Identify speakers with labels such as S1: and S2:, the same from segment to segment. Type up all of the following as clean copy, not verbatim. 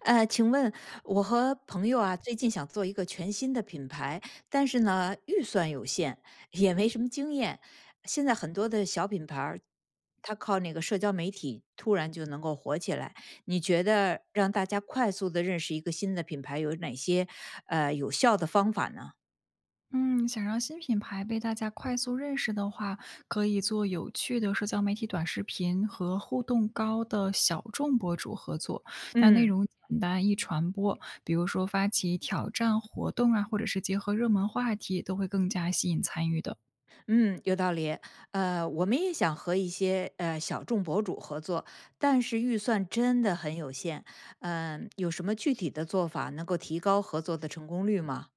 S1: 请问我和朋友啊，最近想做一个全新的品牌，但是呢，预算有限，也没什么经验。现在很多的小品牌儿，它靠那个社交媒体突然就能够火起来。你觉得让大家快速的认识一个新的品牌有哪些有效的方法呢？
S2: 嗯，想让新品牌被大家快速认识的话，可以做有趣的社交媒体短视频和互动高的小众博主合作。那内
S1: 嗯。
S2: 容简单易传播，比如说发起挑战活动啊，或者是结合热门话题，都会更加吸引参与的。
S1: 嗯，有道理。我们也想和一些小众博主合作，但是预算真的很有限。嗯、有什么具体的做法能够提高合作的成功率吗？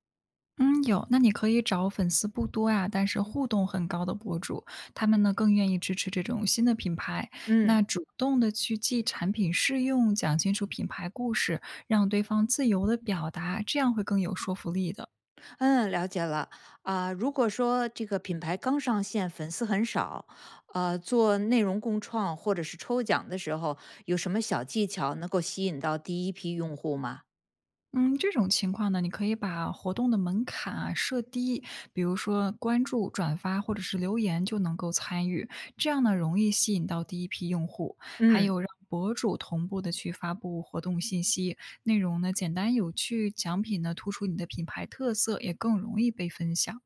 S2: 嗯，有，那你可以找粉丝不多呀，但是互动很高的博主，他们呢更愿意支持这种新的品牌。
S1: 嗯
S2: 那主动的去记产品试用，讲清楚品牌故事，让对方自由的表达，这样会更有说服力的。
S1: 嗯，了解了。啊、如果说这个品牌刚上线，粉丝很少，做内容共创或者是抽奖的时候，有什么小技巧能够吸引到第一批用户吗？
S2: 嗯，这种情况呢，你可以把活动的门槛啊设低，比如说关注、转发或者是留言就能够参与，这样呢容易吸引到第一批用户。还
S1: 嗯。
S2: 有让博主同步的去发布活动信息，内容呢简单有趣，奖品呢突出你的品牌特色，也更容易被分享。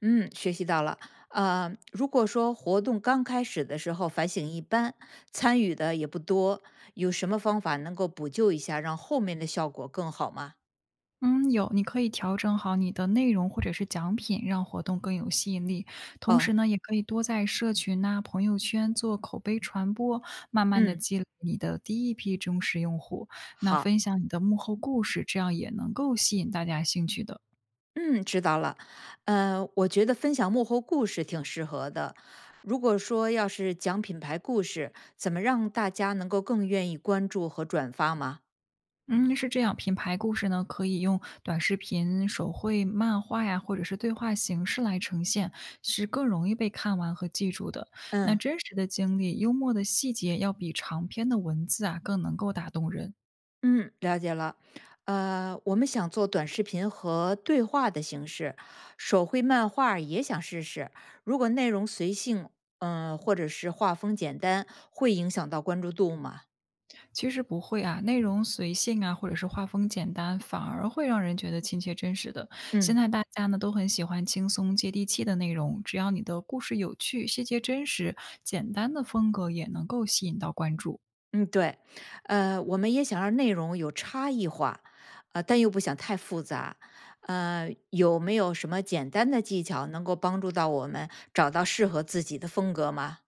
S1: 嗯，学习到了。如果说活动刚开始的时候反省一般，参与的也不多，有什么方法能够补救一下，让后面的效果更好吗？
S2: 嗯，有，你可以调整好你的内容或者是奖品，让活动更有吸引力。同
S1: 哦，
S2: 时呢，也可以多在社群呐、朋友圈做口碑传播，慢慢的
S1: 嗯，
S2: 积累你的第一批忠实用户。那
S1: 好，
S2: 分享你的幕后故事，这样也能够吸引大家兴趣的。
S1: 嗯，知道了。我觉得分享幕后故事挺适合的。如果说要是讲品牌故事，怎么让大家能够更愿意关注和转发吗？
S2: 嗯，是这样，品牌故事呢，可以用短视频、手绘漫画呀，或者是对话形式来呈现，是更容易被看完和记住的。那
S1: 嗯。
S2: 真实的经历、幽默的细节，要比长篇的文字啊更能够打动人。
S1: 嗯，了解了。我们想做短视频和对话的形式，手绘漫画儿也想试试。如果内容随性，嗯、或者是画风简单，会影响到关注度吗？
S2: 其实不会啊，内容随性啊，或者是画风简单，反而会让人觉得亲切真实的。现
S1: 嗯
S2: 在大家呢都很喜欢轻松接地气的内容，只要你的故事有趣、细节真实，简单的风格也能够吸引到关注。
S1: 嗯，对。我们也想让内容有差异化，但又不想太复杂。有没有什么简单的技巧能够帮助到我们找到适合自己的风格吗？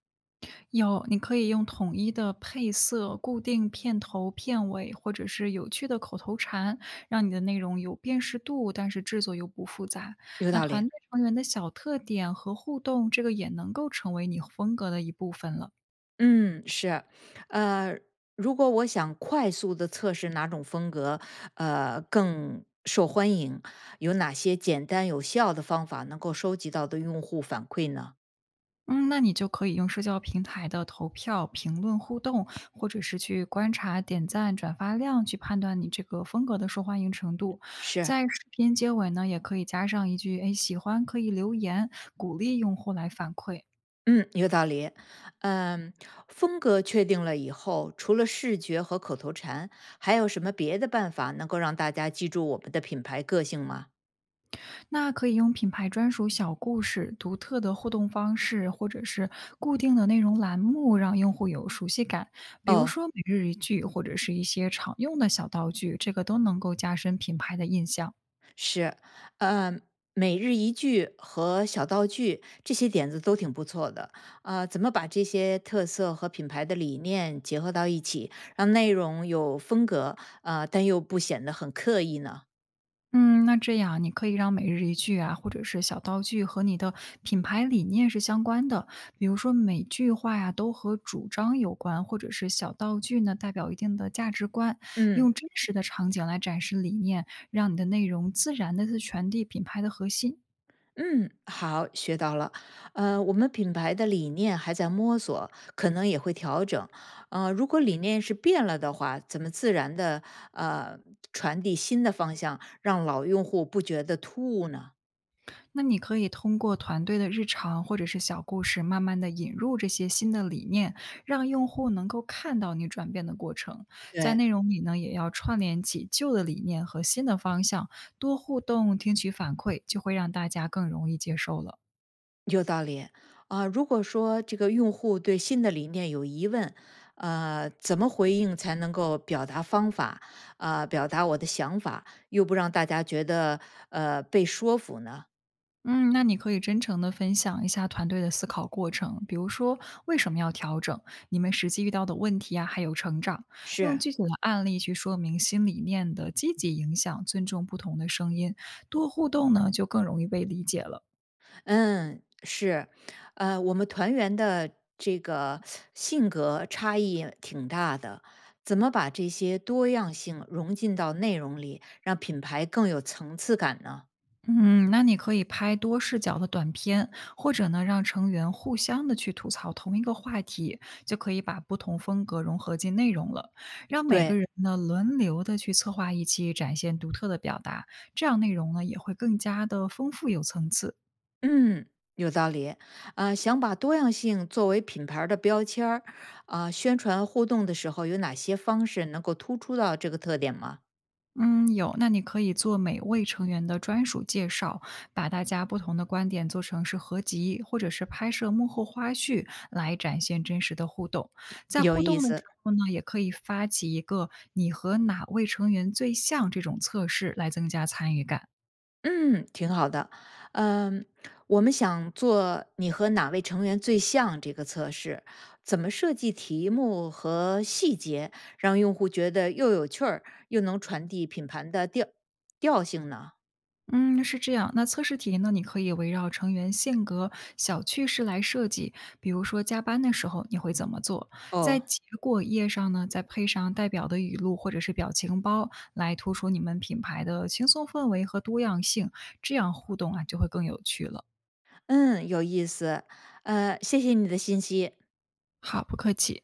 S2: 有，你可以用统一的配色、固定片头、片尾，或者是有趣的口头禅，让你的内容有辨识度，但是制作又不复杂。
S1: 有
S2: 那
S1: 道
S2: 团
S1: 理。
S2: 队成员的小特点和互动，这个也能够成为你风格的一部分了。
S1: 嗯，是，呃，如果我想快速的测试哪种风格，更受欢迎，有哪些简单有效的方法能够收集到的用户反馈呢？
S2: 嗯，那你就可以用社交平台的投票、评论互动，或者是去观察点赞、转发量，去判断你这个风格的受欢迎程度。
S1: 是，
S2: 在视频结尾呢，也可以加上一句“哎，喜欢可以留言”，鼓励用户来反馈。
S1: 嗯，有道理。嗯，风格确定了以后，除了视觉和口头禅，还有什么别的办法能够让大家记住我们的品牌个性吗？
S2: 那可以用品牌专属小故事、独特的互动方式，或者是固定的内容栏目，让用户有熟悉感。比如
S1: 哦，
S2: 说每日一句，或者是一些常用的小道具，这个都能够加深品牌的印象。
S1: 是，呃，每日一句和小道具这些点子都挺不错的。怎么把这些特色和品牌的理念结合到一起，让内容有风格，但又不显得很刻意呢？
S2: 嗯，那这样你可以让每日一句啊，或者是小道具和你的品牌理念是相关的。比如说每句话呀、都和主张有关，或者是小道具呢代表一定的价值观，
S1: 嗯
S2: 用真实的场景来展示理念，让你的内容自然的去传递品牌的核心。
S1: 嗯，好，学到了。我们品牌的理念还在摸索，可能也会调整。如果理念是变了的话，怎么自然的呃传递新的方向，让老用户不觉得突兀呢？
S2: 那你可以通过团队的日常或者是小故事，慢慢的引入这些新的理念，让用户能够看到你转变的过程。在
S1: 对，
S2: 内容里呢，也要串联起旧的理念和新的方向，多互动，听取反馈，就会让大家更容易接受了。
S1: 有道理啊、如果说这个用户对新的理念有疑问，怎么回应才能够表达方法啊、表达我的想法，又不让大家觉得被说服呢？
S2: 嗯，那你可以真诚的分享一下团队的思考过程，比如说为什么要调整，你们实际遇到的问题啊，还有成长，用
S1: 是，
S2: 具体的案例去说明新理念的积极影响，尊重不同的声音，多互动呢，就更容易被理解了。
S1: 嗯，是，我们团员的这个性格差异挺大的，怎么把这些多样性融进到内容里，让品牌更有层次感呢？
S2: 嗯，那你可以拍多视角的短片，或者呢，让成员互相的去吐槽同一个话题，就可以把不同风格融合进内容了。让每个
S1: 对，
S2: 人呢轮流的去策划一期，展现独特的表达，这样内容呢也会更加的丰富有层次。
S1: 嗯，有道理。啊、想把多样性作为品牌儿的标签儿，啊、宣传互动的时候有哪些方式能够突出到这个特点吗？
S2: 嗯，有，那你可以做每位成员的专属介绍，把大家不同的观点做成是合集，或者是拍摄幕后花絮来展现真实的互动。在
S1: 有
S2: 互
S1: 意
S2: 动的时
S1: 思。
S2: 候呢，也可以发起一个你和哪位成员最像这种测试，来增加参与感。
S1: 嗯，挺好的。嗯，我们想做你和哪位成员最像这个测试，怎么设计题目和细节，让用户觉得又有趣儿，又能传递品牌的调性呢？
S2: 嗯，是这样。那测试题呢，你可以围绕成员性格、小趣事来设计。比如说，加班的时候你会怎么做？在
S1: 哦，
S2: 结果页上呢，再配上代表的语录或者是表情包，来突出你们品牌的轻松氛围和多样性。这样互动啊，就会更有趣了。
S1: 嗯，有意思。谢谢你的信息。
S2: 好，不客气。